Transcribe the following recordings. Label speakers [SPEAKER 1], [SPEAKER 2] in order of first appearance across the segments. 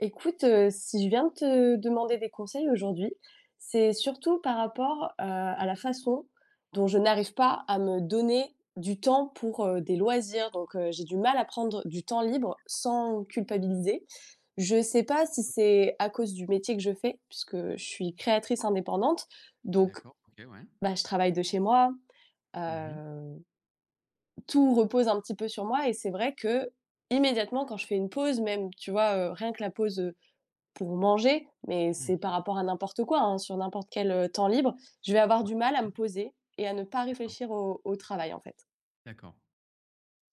[SPEAKER 1] Écoute, si je viens de te demander des conseils aujourd'hui, c'est surtout par rapport, à la façon dont je n'arrive pas à me donner du temps pour, des loisirs. Donc, j'ai du mal à prendre du temps libre sans culpabiliser. Je sais pas si c'est à cause du métier que je fais, puisque je suis créatrice indépendante. Donc,
[SPEAKER 2] D'accord, OK, ouais.
[SPEAKER 1] bah, je travaille de chez moi,
[SPEAKER 2] Mmh mh.
[SPEAKER 1] heu, tout repose un petit peu sur moi et c'est vrai qu'immédiatement quand je fais une pause même, tu vois, rien que la pause, pour manger, mais c'est
[SPEAKER 2] Mmh.
[SPEAKER 1] par rapport à n'importe quoi, hein, sur n'importe quel, temps libre, je vais avoir
[SPEAKER 2] Ouais,
[SPEAKER 1] du mal à
[SPEAKER 2] OK,
[SPEAKER 1] me poser et à ne pas
[SPEAKER 2] d'accord.
[SPEAKER 1] réfléchir au travail, en fait.
[SPEAKER 2] D'accord.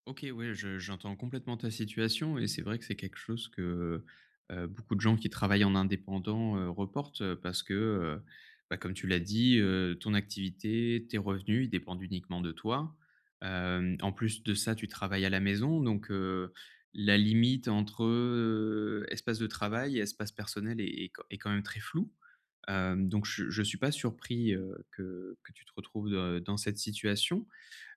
[SPEAKER 2] OK, ouais, je j'entends complètement ta situation et c'est vrai que c'est quelque chose que, beaucoup de gens qui travaillent en indépendant, reportent, parce que, bah, comme tu l'as dit, ton activité, tes revenus, ils dépendent uniquement de toi. En plus de ça, tu travailles à la maison donc, la limite entre, espace de travail et espace personnel est quand même très floue. Donc je suis pas surpris, que tu te retrouves, dans cette situation.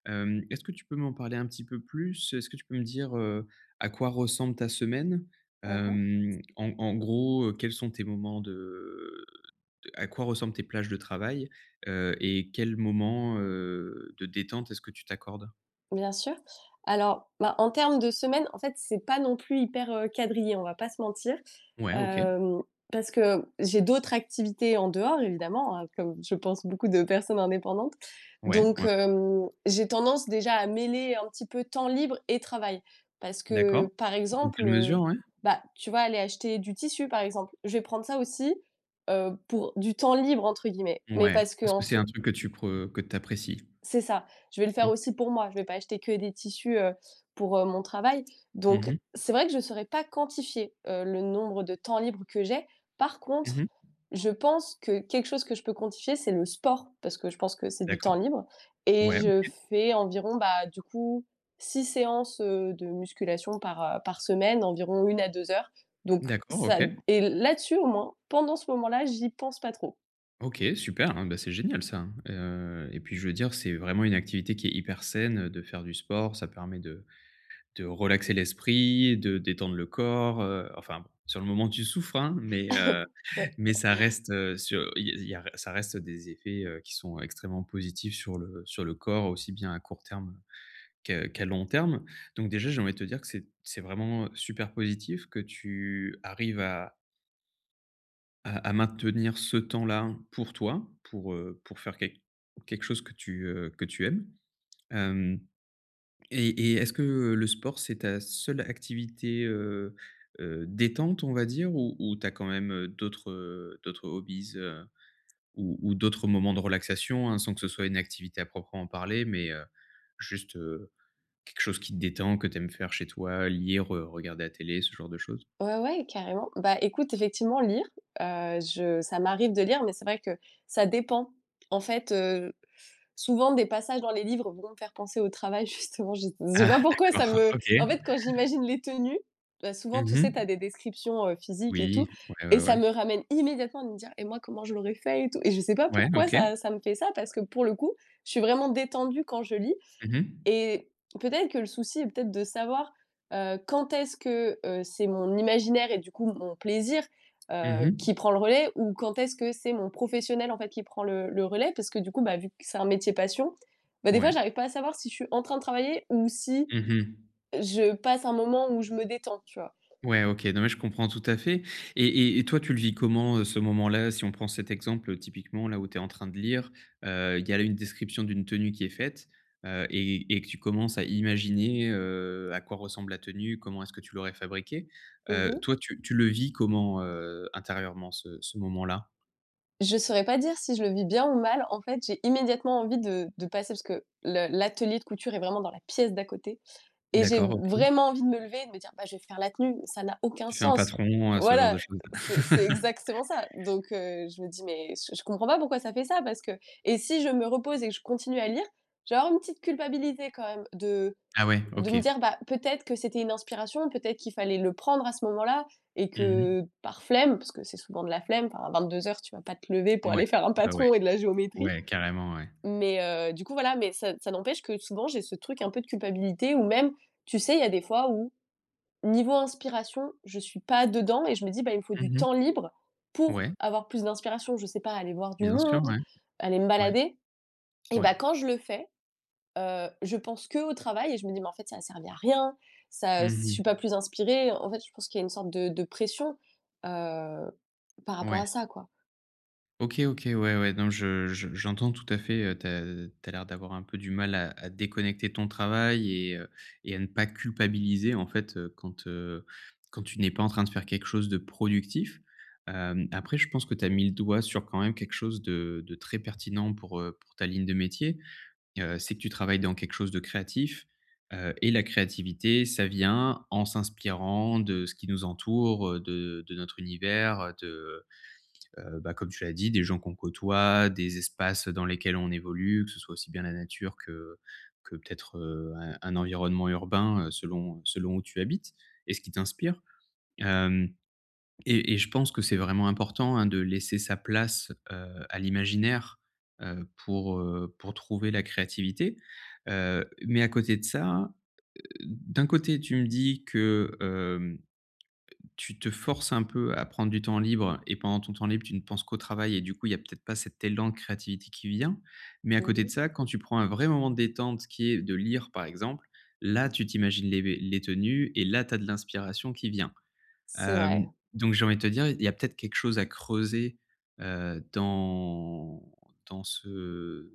[SPEAKER 2] Est-ce que tu peux m'en parler un petit peu plus? Est-ce que tu peux me dire, à quoi ressemble ta semaine?
[SPEAKER 1] Mmh.
[SPEAKER 2] Hem, en en gros, quels sont tes moments de à quoi ressemblent tes plages de travail? Et quels moments, de détente est-ce que tu t'accordes?
[SPEAKER 1] Bien sûr. Alors, bah, en termes de semaine, en fait, c'est pas non plus hyper, quadrillé, on va pas se mentir.
[SPEAKER 2] Ouais, OK.
[SPEAKER 1] Hem, Parce que j'ai d'autres activités en dehors évidemment, hein, comme je pense beaucoup de personnes indépendantes.
[SPEAKER 2] Ouais,
[SPEAKER 1] Donc,
[SPEAKER 2] ouais.
[SPEAKER 1] j'ai tendance déjà à mêler un petit peu temps libre et travail. Parce que,
[SPEAKER 2] D'accord.
[SPEAKER 1] par
[SPEAKER 2] Dans
[SPEAKER 1] exemple,
[SPEAKER 2] quelle mesure, ouais?
[SPEAKER 1] bah, tu vois, aller acheter du tissu, par exemple, je vais prendre ça aussi, pour «du temps libre» entre guillemets. Mais
[SPEAKER 2] Ouais,
[SPEAKER 1] parce que
[SPEAKER 2] parce que
[SPEAKER 1] en
[SPEAKER 2] c'est un
[SPEAKER 1] soi
[SPEAKER 2] truc que tu pre que t'apprécies.
[SPEAKER 1] c'est ça. Je vais le faire
[SPEAKER 2] OK.
[SPEAKER 1] aussi pour moi. Je vais pas acheter que des tissus, pour, mon travail.
[SPEAKER 2] Mmh
[SPEAKER 1] Donc
[SPEAKER 2] mh.
[SPEAKER 1] c'est vrai que je ne saurais pas quantifier, le nombre de temps libre que j'ai. Par contre,
[SPEAKER 2] Mmh.
[SPEAKER 1] je pense que quelque chose que je peux quantifier, c'est le sport, parce que je pense que c'est du
[SPEAKER 2] D'accord.
[SPEAKER 1] temps libre et
[SPEAKER 2] Ouais.
[SPEAKER 1] je fais environ, bah, du coup 6 séances, de musculation par semaine, environ 1 à 2 heures. Donc
[SPEAKER 2] D'accord,
[SPEAKER 1] ça
[SPEAKER 2] OK.
[SPEAKER 1] et là-dessus, au moins, pendant ce moment-là, j'y pense pas trop.
[SPEAKER 2] OK, super, hein, bah, c'est génial ça, hein, et puis je veux dire, c'est vraiment une activité qui est hyper saine, de faire du sport. Ça permet de relaxer l'esprit, de détendre le corps, enfin, bon, sur le moment, tu souffres, hein, mais
[SPEAKER 1] Ouais.
[SPEAKER 2] mais ça reste, sur il y a ça reste des effets, qui sont extrêmement positifs sur le corps, aussi bien à court terme qu'à long terme. Donc déjà, j'ai envie de te dire que c'est vraiment super positif que tu arrives à maintenir ce temps-là pour toi, pour faire quelque chose que tu aimes. Hem et est-ce que, le sport, c'est ta seule activité, détente, on va dire? Ou tu as quand même, d'autres hobbies, ou d'autres moments de relaxation, hein, sans que ce soit une activité à proprement parler, mais juste, quelque chose qui te détend, que tu aimes faire chez toi, lire, regarder la télé, ce genre de choses?
[SPEAKER 1] Ouais, ouais, carrément. Bah, écoute, effectivement, lire, je ça m'arrive de lire, mais c'est vrai que ça dépend. En fait, souvent des passages dans les livres vont me faire penser au travail justement, je sais pas
[SPEAKER 2] Ah
[SPEAKER 1] pourquoi ça
[SPEAKER 2] d'accord,
[SPEAKER 1] me
[SPEAKER 2] OK.
[SPEAKER 1] en fait, quand j'imagine les tenues, bah, souvent, tu sais, tu as
[SPEAKER 2] Mmh.
[SPEAKER 1] des descriptions, physiques et tout
[SPEAKER 2] Oui, ouais,
[SPEAKER 1] et
[SPEAKER 2] ouais,
[SPEAKER 1] ça
[SPEAKER 2] ouais.
[SPEAKER 1] me ramène immédiatement à me dire: «Et moi, comment je l'aurais fait?» et tout et je sais pas
[SPEAKER 2] Ouais,
[SPEAKER 1] pourquoi
[SPEAKER 2] OK.
[SPEAKER 1] ça me fait ça parce que pour le coup, je suis vraiment détendue quand je lis
[SPEAKER 2] Mmh mh.
[SPEAKER 1] et peut-être que le souci est peut-être de savoir, quand est-ce que, c'est mon imaginaire et du coup mon plaisir,
[SPEAKER 2] Mmh
[SPEAKER 1] qui
[SPEAKER 2] mh.
[SPEAKER 1] prend le relais ou quand est-ce que c'est mon professionnel, en fait, qui prend le relais? Parce que du coup, bah, vu que c'est un métier passion, bah, des fois
[SPEAKER 2] Ouais.
[SPEAKER 1] j'arrive pas à savoir si je suis en train de travailler ou si
[SPEAKER 2] Mmh mh.
[SPEAKER 1] je passe un moment où je me détends, tu vois?
[SPEAKER 2] Ouais, OK. Non, mais je comprends tout à fait et toi, tu le vis comment, ce moment-là? Si on prend cet exemple, typiquement, là, où tu es en train de lire, il y a là une description d'une tenue qui est faite, et que tu commences à imaginer, à quoi ressemble la tenue, comment est-ce que tu l'aurais fabriquée. Heu,
[SPEAKER 1] Mmh.
[SPEAKER 2] toi, tu le vis comment, intérieurement, ce moment-là?
[SPEAKER 1] Je saurais pas dire si je le vis bien ou mal. En fait, j'ai immédiatement envie de passer parce que le l'atelier de couture est vraiment dans la pièce d'à côté et j'ai
[SPEAKER 2] D'accord, OK.
[SPEAKER 1] vraiment envie de me lever et de me dire: «Bah, je vais faire la tenue». Ça n'a aucun
[SPEAKER 2] Tu fais un
[SPEAKER 1] sens.
[SPEAKER 2] patron, ce genre de
[SPEAKER 1] Voilà,
[SPEAKER 2] choses?
[SPEAKER 1] c'est exactement ça. Donc je me dis: «Mais je comprends pas pourquoi ça fait ça» parce que et si je me repose et que je continue à lire, j'ai vais une petite culpabilité quand même de
[SPEAKER 2] Ah ouais,
[SPEAKER 1] de
[SPEAKER 2] OK.
[SPEAKER 1] me dire, bah, peut-être que c'était une inspiration, peut-être qu'il fallait le prendre à ce moment-là et
[SPEAKER 2] Mmh
[SPEAKER 1] que
[SPEAKER 2] mh.
[SPEAKER 1] par flemme, parce que c'est souvent de la flemme, enfin, à 22 heures tu vas pas te lever pour
[SPEAKER 2] Ouais.
[SPEAKER 1] aller faire un
[SPEAKER 2] Bah, ouais.
[SPEAKER 1] patron et de la géométrie.
[SPEAKER 2] Ouais, carrément, ouais.
[SPEAKER 1] Mais du coup, voilà, mais ça n'empêche que souvent, j'ai ce truc un peu de culpabilité ou même, tu sais, il y a des fois où, niveau inspiration, je suis pas dedans et je me dis, bah, il me faut du
[SPEAKER 2] Mmh mh.
[SPEAKER 1] temps libre pour
[SPEAKER 2] Ouais,
[SPEAKER 1] avoir plus d'inspiration, je sais pas, aller voir du
[SPEAKER 2] bien
[SPEAKER 1] monde,
[SPEAKER 2] sûr, ouais.
[SPEAKER 1] aller me
[SPEAKER 2] Ouais,
[SPEAKER 1] balader. Et
[SPEAKER 2] ouais.
[SPEAKER 1] bah, quand je le fais, je pense que au travail et je me dis: «Mais en fait, ça a servi à rien, ça, je
[SPEAKER 2] Mmh
[SPEAKER 1] suis pas
[SPEAKER 2] mh.
[SPEAKER 1] plus inspirée». En fait, je pense qu'il y a une sorte de pression, heu, par rapport
[SPEAKER 2] Ouais.
[SPEAKER 1] à ça, quoi.
[SPEAKER 2] OK, OK, ouais, ouais. Non, je j'entends tout à fait, tu as l'air d'avoir un peu du mal à déconnecter ton travail et à ne pas culpabiliser, en fait, quand, quand tu n'es pas en train de faire quelque chose de productif. Après je pense que tu as mis le doigt sur quand même quelque chose de très pertinent pour ta ligne de métier. C'est que tu travailles dans quelque chose de créatif, et la créativité, ça vient en s'inspirant de ce qui nous entoure, de notre univers, bah, comme tu l'as dit, des gens qu'on côtoie, des espaces dans lesquels on évolue, que ce soit aussi bien la nature que peut-être, un environnement urbain, selon où tu habites et ce qui t'inspire. Hem et je pense que c'est vraiment important, hein, de laisser sa place, à l'imaginaire, pour trouver la créativité. Mais à côté de ça, d'un côté, tu me dis que, tu te forces un peu à prendre du temps libre et pendant ton temps libre, tu ne penses qu'au travail et du coup, il y a peut-être pas cet élan de créativité qui vient. Mais à côté de
[SPEAKER 1] Mmh.
[SPEAKER 2] ça, quand tu prends un vrai moment de détente qui est de lire, par exemple, là, tu t'imagines les tenues et là, tu as de l'inspiration qui vient.
[SPEAKER 1] C'est
[SPEAKER 2] Hem,
[SPEAKER 1] vrai.
[SPEAKER 2] donc j'ai envie de te dire, il y a peut-être quelque chose à creuser, heu, dans dans ce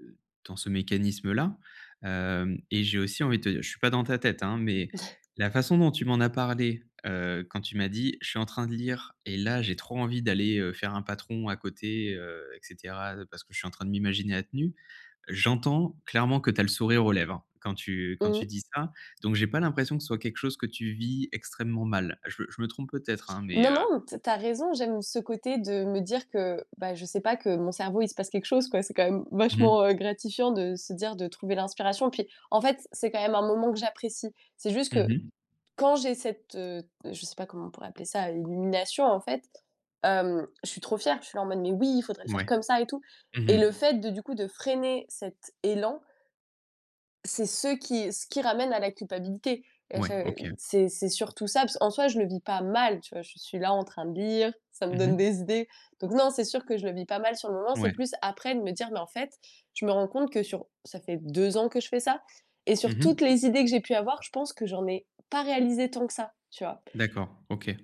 [SPEAKER 2] dans ce mécanisme-là. Et j'ai aussi envie de te dire je suis pas dans ta tête, hein, mais, la façon dont tu m'en as parlé, quand tu m'as dit: «Je suis en train de lire et là, j'ai trop envie d'aller, faire un patron à côté, et cetera, parce que je suis en train de m'imaginer la tenue». J'entends clairement que tu as le sourire aux lèvres hein, quand tu
[SPEAKER 1] Mmh.
[SPEAKER 2] dis ça, donc j'ai pas l'impression que ce soit quelque chose que tu vis extrêmement mal. Je me trompe peut-être, hein, mais,
[SPEAKER 1] Non, non, tu raison, j'aime ce côté de me dire que, bah, je sais pas, que mon cerveau, il se passe quelque chose, quoi. C'est quand même
[SPEAKER 2] mmh mh.
[SPEAKER 1] vachement, gratifiant de se dire de trouver l'inspiration. Puis, en fait, c'est quand même un moment que j'apprécie. C'est juste que
[SPEAKER 2] Mmh.
[SPEAKER 1] quand j'ai cette, je sais pas comment on pourrait appeler ça, illumination en fait, je suis trop fière. Je suis là en mode: «Mais oui, il faudrait le faire
[SPEAKER 2] Ouais.
[SPEAKER 1] comme ça et tout» et
[SPEAKER 2] Mmh.
[SPEAKER 1] le fait de, du coup, de freiner cet élan, c'est ce qui ramène à la culpabilité et à
[SPEAKER 2] Ouais,
[SPEAKER 1] cha
[SPEAKER 2] OK.
[SPEAKER 1] c'est surtout ça, parce qu'en soi, je le vis pas mal, tu vois? Je suis là en train de lire, ça me donne
[SPEAKER 2] Mmh.
[SPEAKER 1] des idées. Donc non, c'est sûr que je le vis pas mal sur le moment, c'est
[SPEAKER 2] Ouais.
[SPEAKER 1] plus après de me dire: «Mais en fait, je me rends compte que sur» ça fait 2 ans que je fais ça et sur
[SPEAKER 2] Mmh.
[SPEAKER 1] toutes les idées que j'ai pu avoir, je pense que j'en ai pas réalisé tant que ça, tu vois?
[SPEAKER 2] D'accord, OK.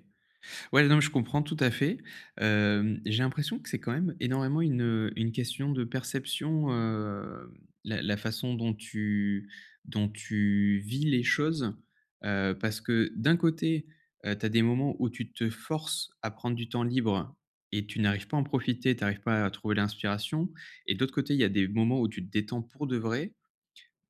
[SPEAKER 2] Ouais, non, mais je comprends tout à fait. J'ai l'impression que c'est quand même énormément une question de perception, la façon dont tu vis les choses, parce que d'un côté, tu as des moments où tu te forces à prendre du temps libre et tu n'arrives pas à en profiter, tu n'arrives pas à trouver l'inspiration et de l'autre côté, il y a des moments où tu te détends pour de vrai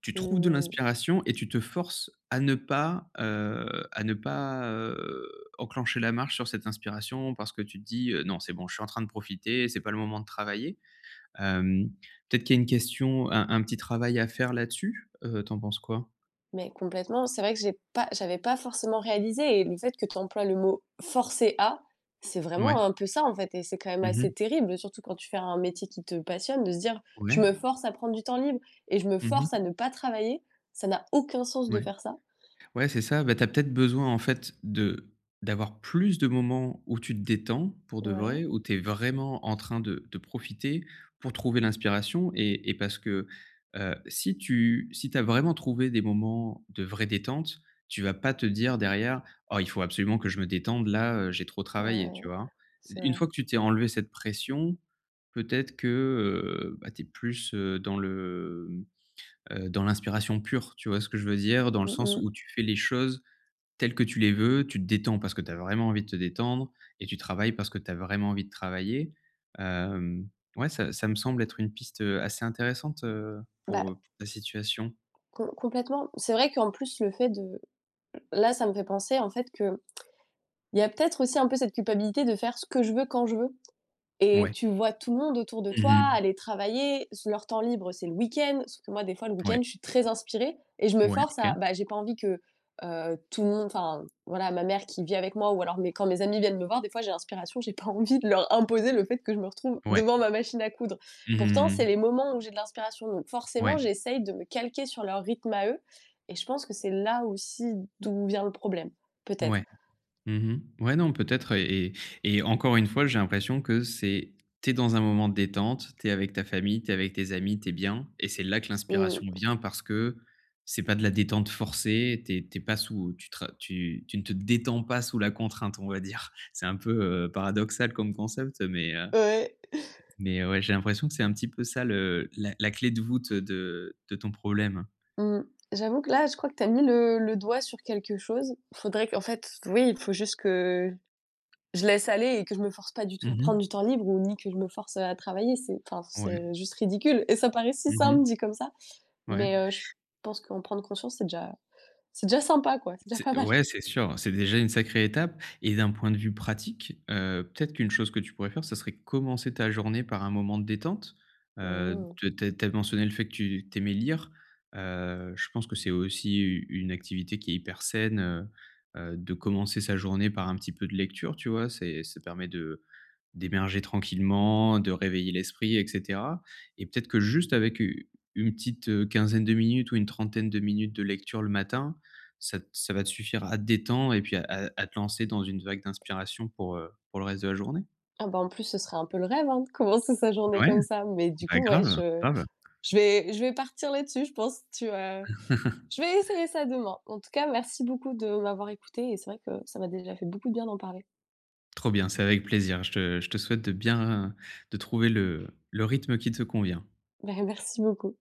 [SPEAKER 2] tu trouves de
[SPEAKER 1] Mmh.
[SPEAKER 2] l'inspiration et tu te forces à ne pas, à ne pas, heu, enclencher la marche sur cette inspiration parce que tu te dis: «Non, c'est bon, je suis en train de profiter, c'est pas le moment de travailler». Hem, peut-être qu'il y a une question, un petit travail à faire là-dessus? Tu penses quoi?
[SPEAKER 1] Mais complètement, c'est vrai que j'avais pas forcément réalisé et le fait que tu emploies le mot «forcer à», c'est vraiment
[SPEAKER 2] Ouais.
[SPEAKER 1] un peu ça, en fait et c'est quand même
[SPEAKER 2] Mmh.
[SPEAKER 1] assez terrible, surtout quand tu fais un métier qui te passionne, de se dire: «Je
[SPEAKER 2] Ouais.
[SPEAKER 1] me force à prendre du temps libre et je me
[SPEAKER 2] Mmh.
[SPEAKER 1] force à ne pas travailler». Ça n'a aucun sens de
[SPEAKER 2] Ouais.
[SPEAKER 1] faire ça.
[SPEAKER 2] Ouais, c'est ça. Bah, tu as peut-être besoin en fait de d'avoir plus de moments où tu te détends pour de vrai,
[SPEAKER 1] Ouais,
[SPEAKER 2] où tu es vraiment en train de profiter pour trouver l'inspiration et parce que, si tu as vraiment trouvé des moments de vraie détente, tu vas pas te dire derrière: «Oh, il faut absolument que je me détende là, j'ai trop
[SPEAKER 1] ouais,
[SPEAKER 2] travaillé»,
[SPEAKER 1] ouais,
[SPEAKER 2] tu vois?
[SPEAKER 1] c'est
[SPEAKER 2] Une
[SPEAKER 1] vrai.
[SPEAKER 2] fois que tu t'es enlevé cette pression, peut-être que, bah, tu es plus, dans l'inspiration pure, tu vois ce que je veux dire? Dans le
[SPEAKER 1] Mmh
[SPEAKER 2] sens
[SPEAKER 1] mh.
[SPEAKER 2] où tu fais les choses telles que tu les veux, tu te détends parce que tu as vraiment envie de te détendre et tu travailles parce que tu as vraiment envie de travailler. Hem, ouais, ça me semble être une piste, assez intéressante, pour,
[SPEAKER 1] Bah,
[SPEAKER 2] heu, pour ta situation.
[SPEAKER 1] complètement. C'est vrai qu'en plus le fait de là, ça me fait penser en fait que il y a peut-être aussi un peu cette culpabilité de faire ce que je veux quand je veux. Et
[SPEAKER 2] Ouais.
[SPEAKER 1] tu vois tout le monde autour de toi
[SPEAKER 2] Mmh.
[SPEAKER 1] aller travailler, leur temps libre, c'est le week-end, sauf que moi, des fois, le
[SPEAKER 2] Ouais,
[SPEAKER 1] week-end, je suis très inspirée et je me
[SPEAKER 2] ouais,
[SPEAKER 1] force
[SPEAKER 2] OK.
[SPEAKER 1] à bah, j'ai pas envie que, tout le monde enfin, voilà, ma mère qui vit avec moi ou alors mes quand mes amis viennent me voir, des fois, j'ai l'inspiration, j'ai pas envie de leur imposer le fait que je me retrouve
[SPEAKER 2] Ouais.
[SPEAKER 1] devant ma machine à coudre.
[SPEAKER 2] Mmh
[SPEAKER 1] Pourtant, c'est
[SPEAKER 2] mmh.
[SPEAKER 1] les moments où j'ai de l'inspiration, donc forcément,
[SPEAKER 2] Ouais,
[SPEAKER 1] j'essaye de me calquer sur leur rythme à eux et je pense que c'est là aussi d'où vient le problème, peut-être.
[SPEAKER 2] ouais. Mmh. Ouais, non, peut-être et encore une fois, j'ai l'impression que c'est t'es dans un moment de détente, t'es avec ta famille, t'es avec tes amis, t'es bien et c'est là que
[SPEAKER 1] Mmh.
[SPEAKER 2] l'inspiration vient parce que c'est pas de la détente forcée, t'es pas sous tu tra tu tu ne te détends pas sous la contrainte, on va dire. C'est un peu, paradoxal comme concept,
[SPEAKER 1] Ouais.
[SPEAKER 2] mais ouais, j'ai l'impression que c'est un petit peu ça le la la clé de voûte de ton problème.
[SPEAKER 1] Mmh. J'avoue que là, je crois que tu as mis le doigt sur quelque chose. Faudrait qu'en fait, oui, il faut juste que je laisse aller et que je me force pas du tout à prendre
[SPEAKER 2] Mmh.
[SPEAKER 1] du temps libre ou ni que je me force, à travailler. C'est enfin,
[SPEAKER 2] Ouais.
[SPEAKER 1] c'est juste ridicule et ça paraît si
[SPEAKER 2] Mmh.
[SPEAKER 1] simple dit comme ça,
[SPEAKER 2] Ouais.
[SPEAKER 1] mais je pense qu'en prendre conscience, c'est déjà sympa quoi, c'est déjà
[SPEAKER 2] C'est
[SPEAKER 1] pas mal.
[SPEAKER 2] ouais, c'est sûr, c'est déjà une sacrée étape et d'un point de vue pratique, peut-être qu'une chose que tu pourrais faire, ça serait commencer ta journée par un moment de détente. Heu,
[SPEAKER 1] Mmh.
[SPEAKER 2] tu as mentionné le fait que tu lire. Je pense que c'est aussi u une activité qui est hyper saine, de commencer sa journée par un petit peu de lecture, tu vois? C'est ça permet de d'émerger tranquillement, de réveiller l'esprit et cetera et peut-être que juste avec u une petite, quinzaine de minutes ou une trentaine de minutes de lecture le matin, ça va te suffire à te détendre et puis à te lancer dans une vague d'inspiration pour le reste de la journée.
[SPEAKER 1] Ah bah, en plus, ce serait un peu le rêve, hein, de commencer sa journée
[SPEAKER 2] Ouais,
[SPEAKER 1] comme ça, mais du
[SPEAKER 2] bah,
[SPEAKER 1] coup, ouais,
[SPEAKER 2] grave,
[SPEAKER 1] je
[SPEAKER 2] grave.
[SPEAKER 1] je vais je vais partir là-dessus, je pense. Tu as Je vais essayer ça demain. En tout cas, merci beaucoup de m'avoir écoutée et c'est vrai que ça m'a déjà fait beaucoup de bien d'en parler.
[SPEAKER 2] Trop bien, c'est avec plaisir. Je te souhaite de bien de trouver le rythme qui te convient.
[SPEAKER 1] Merci beaucoup.